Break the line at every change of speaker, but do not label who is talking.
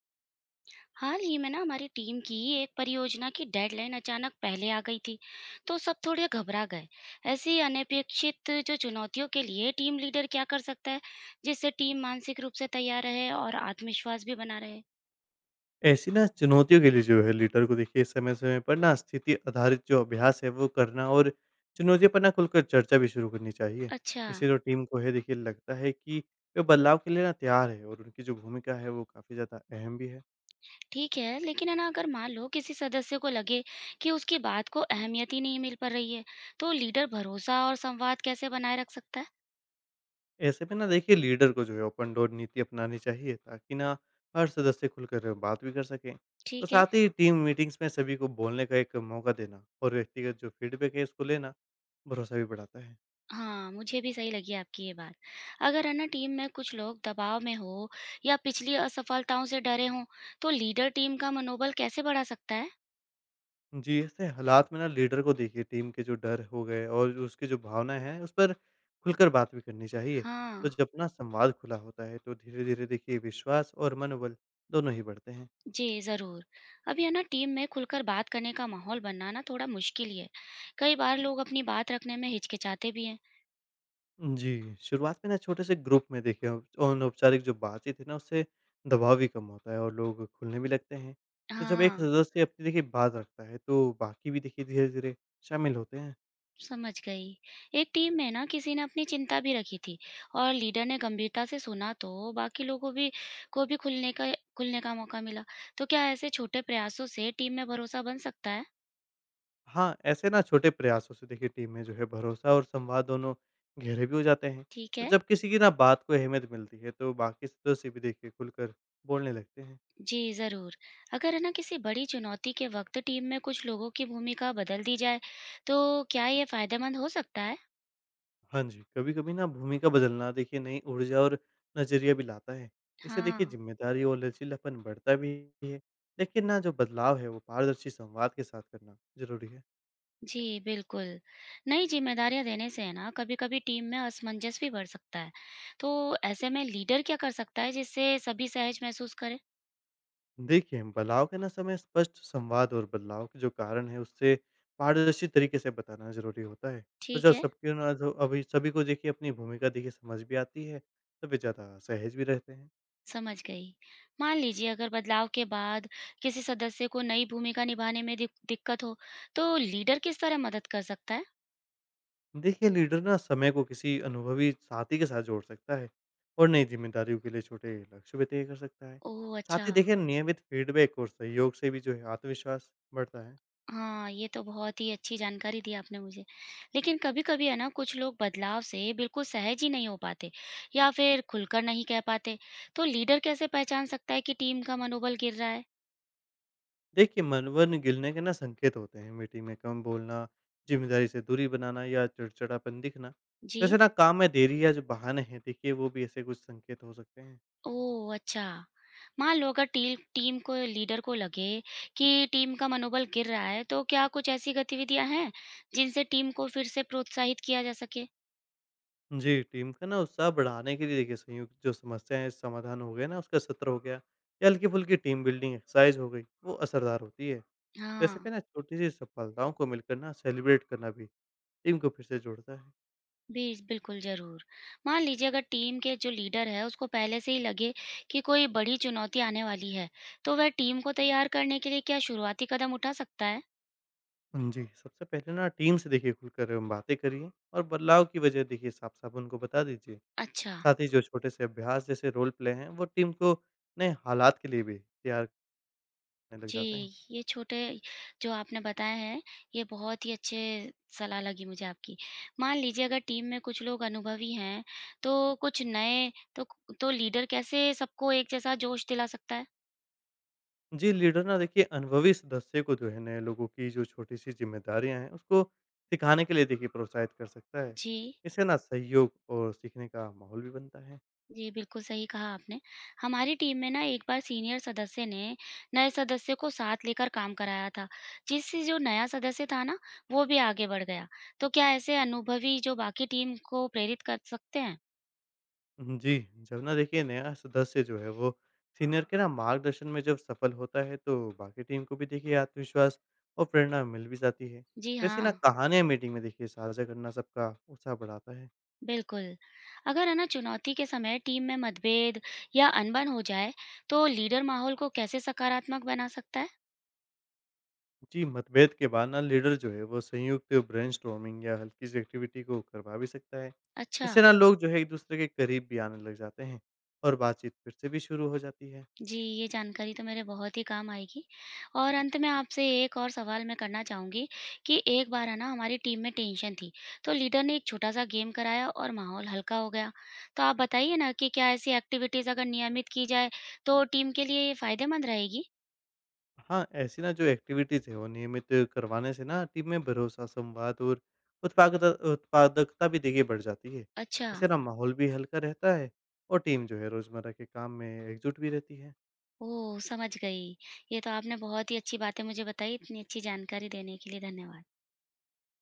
हाल ही में ना हमारी टीम की एक परियोजना की डेडलाइन अचानक पहले आ गई थी। तो सब थोड़े घबरा गए। ऐसी अनपेक्षित जो चुनौतियों के लिए टीम लीडर क्या कर सकता है जिससे टीम मानसिक रूप से तैयार रहे और आत्मविश्वास भी बना रहे?
ऐसी ना चुनौतियों के लिए जो है लीडर को देखिए समय-समय पर ना स्थिति आधारित जो अभ्यास है वो करना और चुनौतियों पर ना खुलकर चर्चा भी शुरू करनी चाहिए।
अच्छा।
इससे जो टीम को है देखिए लगता है कि वो बदलाव के लिए ना तैयार है और उनकी जो भूमिका है वो काफ़ी ज़्यादा अहम भी है।
ठीक है, लेकिन है ना, अगर मान लो किसी सदस्य को लगे कि उसकी बात को अहमियत ही नहीं मिल पा रही है, तो लीडर भरोसा और संवाद कैसे बनाए रख सकता है?
ऐसे में ना देखिए लीडर को जो है ओपन डोर नीति अपनानी चाहिए ताकि ना हर सदस्य खुलकर बात भी कर सकें। तो
ठीक है।
साथ ही टीम मीटिंग्स में सभी को बोलने का एक मौका देना और व्यक्तिगत जो फीडबैक है उसको लेना भरोसा भी बढ़ाता है।
हाँ, मुझे भी सही लगी आपकी ये बात। अगर है ना टीम में कुछ लोग दबाव में हो या पिछली असफलताओं से डरे हों, तो लीडर टीम का मनोबल कैसे बढ़ा सकता है?
जी, ऐसे हालात में ना लीडर को देखिए टीम के जो डर हो गए और जो उसकी जो भावनाएँ हैं, उस पर खुलकर बात भी करनी चाहिए। तो
हाँ,
जब ना संवाद खुला होता है, तो धीरे-धीरे देखिए विश्वास और मनोबल दोनों ही बढ़ते हैं।
जी ज़रूर। अभी है ना टीम में खुलकर बात करने का माहौल बनना ना थोड़ा मुश्किल ही है। कई बार लोग अपनी बात रखने में हिचकिचाते भी हैं।
जी, शुरुआत में ना छोटे से ग्रुप में देखिए अनौपचारिक जो बातचीत है ना, उससे दबाव भी कम होता है और लोग खुलने भी लगते हैं। तो जब एक
हाँ।
सदस्य अपनी देखिए बात रखता है, तो बाकी भी देखिए धीरे-धीरे शामिल होते हैं।
समझ गई। एक टीम में ना किसी ने अपनी चिंता भी रखी थी और लीडर ने गंभीरता से सुना, तो बाकी लोगों भी को भी खुलने का मौका मिला। तो क्या ऐसे छोटे प्रयासों से टीम में भरोसा बन सकता है?
हाँ, ऐसे ना छोटे प्रयासों से देखिए टीम में जो है भरोसा और संवाद दोनों गहरे भी हो जाते हैं।
ठीक
तो
है।
जब किसी की ना बात को अहमियत मिलती है, तो बाकी सदस्य भी देखिए खुलकर बोलने लगते हैं।
जी जरूर। अगर है ना किसी बड़ी चुनौती के वक्त टीम में कुछ लोगों की भूमिका बदल दी जाए, तो क्या ये फायदेमंद हो सकता है?
हाँ जी, कभी-कभी ना भूमिका बदलना देखिए नई ऊर्जा और नज़रिया भी लाता है। इससे देखिए
हाँ
जिम्मेदारी और लचीलापन बढ़ता भी है। लेकिन ना जो बदलाव है वो पारदर्शी संवाद के साथ करना ज़रूरी है।
जी, बिल्कुल। नई ज़िम्मेदारियाँ देने से है ना कभी-कभी टीम में असमंजस भी बढ़ सकता है। तो ऐसे में लीडर क्या कर सकता है जिससे सभी सहज महसूस करें?
देखिए, बदलाव के ना समय स्पष्ट संवाद और बदलाव के जो कारण है उससे पारदर्शी तरीके से बताना ज़रूरी होता है। तो
ठीक
जब
है,
सबकी ना जो अभी सभी को देखिए अपनी भूमिका देखिए समझ भी आती है, तो वे ज़्यादा सहज भी रहते हैं।
समझ गई। मान लीजिए अगर बदलाव के बाद किसी सदस्य को नई भूमिका निभाने में दिक्कत हो, तो लीडर किस तरह मदद कर सकता है?
देखिए, लीडर ना समय को किसी अनुभवी साथी के साथ जोड़ सकता है और नई जिम्मेदारियों के लिए छोटे लक्ष्य भी तय कर सकता है।
ओह!
साथ
अच्छा।
ही देखिए नियमित फीडबैक और सहयोग से भी जो है आत्मविश्वास बढ़ता है।
हाँ, ये तो बहुत ही अच्छी जानकारी दी आपने मुझे। लेकिन कभी-कभी है ना कुछ लोग बदलाव से बिल्कुल सहज ही नहीं हो पाते या फिर खुलकर नहीं कह पाते। तो लीडर कैसे पहचान सकता है कि टीम का मनोबल गिर रहा है?
देखिए, मन-वन गिलने के ना संकेत होते हैं। मीटिंग में कम बोलना, ज़िम्मेदारी से दूरी बनाना या चिड़चिड़ापन दिखना। वैसे
जी।
ना काम में देरी या जो बहाने हैं देखिए वो भी ऐसे कुछ संकेत हो सकते हैं।
ओह! अच्छा। मान लो अगर टील टीम को लीडर को लगे कि टीम का मनोबल गिर रहा है, तो क्या कुछ ऐसी गतिविधियाँ हैं जिनसे टीम को फिर से प्रोत्साहित किया जा सके?
जी, टीम का ना उत्साह बढ़ाने के लिए देखिए संयुक्त जो समस्या है समाधान हो गया ना उसका सत्र हो गया या हल्की-फुल्की टीम बिल्डिंग एक्सरसाइज हो गई, वो असरदार होती है। तो ऐसे पे
हाँ।
ना छोटी-सी सफलताओं को मिलकर ना सेलिब्रेट करना भी टीम को फिर से जोड़ता है।
बीज बिल्कुल, ज़रूर। मान लीजिए अगर टीम के जो लीडर है उसको पहले से ही लगे कि कोई बड़ी चुनौती आने वाली है, तो वह टीम को तैयार करने के लिए क्या शुरुआती कदम उठा सकता है?
जी, सबसे पहले ना टीम से देखिए खुलकर बातें करिए और बदलाव की वजह देखिए साफ-साफ उनको बता दीजिए।
अच्छा।
साथ ही जो छोटे से अभ्यास जैसे रोल प्ले हैं वो टीम को नए हालात के लिए भी तैयार करने लग
जी,
जाते हैं।
ये छोटे जो आपने बताए हैं, ये बहुत ही अच्छे सलाह लगी मुझे आपकी। मान लीजिए अगर टीम में कुछ लोग अनुभवी हैं, तो कुछ नए तो क तो लीडर कैसे सबको एक जैसा जोश दिला सकता है?
जी लीडर ना देखिए अनुभवी सदस्य को जो है नए लोगों की जो छोटी सी जिम्मेदारियां हैं उसको सिखाने के लिए देखिए प्रोत्साहित कर सकता है।
जी।
इससे ना सहयोग और सीखने का माहौल भी बनता है।
जी, बिल्कुल सही कहा आपने। हमारी टीम में ना एक बार सीनियर सदस्य ने नए सदस्य को साथ लेकर काम कराया था, जिससे जो नया सदस्य था ना, वो भी आगे बढ़ गया। तो क्या ऐसे अनुभवी जो बाकी टीम को प्रेरित कर सकते हैं?
जी, जब ना देखिए नया सदस्य जो है वो सीनियर के ना मार्गदर्शन में जब सफल होता है, तो बाकी टीम को भी देखिए आत्मविश्वास और प्रेरणा मिल भी जाती है।
जी
तो ऐसी ना
हाँ,
कहानियां मीटिंग में देखिए साझा करना सबका उत्साह बढ़ाता है।
बिल्कुल। अगर है ना चुनौती के समय टीम में मतभेद या अनबन हो जाए, तो लीडर माहौल को कैसे सकारात्मक बना सकता है?
जी, मतभेद के बाद ना लीडर जो है वो संयुक्त ब्रेनस्टॉर्मिंग या हल्की सी एक्टिविटी को करवा भी सकता है।
अच्छा।
इससे ना लोग जो है एक-दूसरे के करीब भी आने लग जाते हैं और बातचीत फिर से भी शुरू हो जाती है।
जी, ये जानकारी तो मेरे बहुत ही काम आएगी। और अंत में आपसे एक और सवाल मैं करना चाहूँगी कि एक बार है ना हमारी टीम में टेंशन थी, तो लीडर ने एक छोटा-सा गेम कराया और माहौल हल्का हो गया। तो आप बताइए ना कि क्या ऐसी एक्टिविटीज़ अगर नियमित की जाए, तो टीम के लिए ये फ़ायदेमंद रहेगी?
हाँ, ऐसी ना जो एक्टिविटीज़ है वो नियमित करवाने से ना टीम में भरोसा, संवाद और उत्पादकता उत्पादकता भी देखिए बढ़ जाती है।
अच्छा,
इससे ना माहौल भी हल्का रहता है और टीम जो है रोज़मर्रा के काम में एकजुट भी रहती है।
ओह! समझ गई। ये तो आपने बहुत ही अच्छी बातें मुझे बताई, इतनी अच्छी जानकारी देने के लिए धन्यवाद।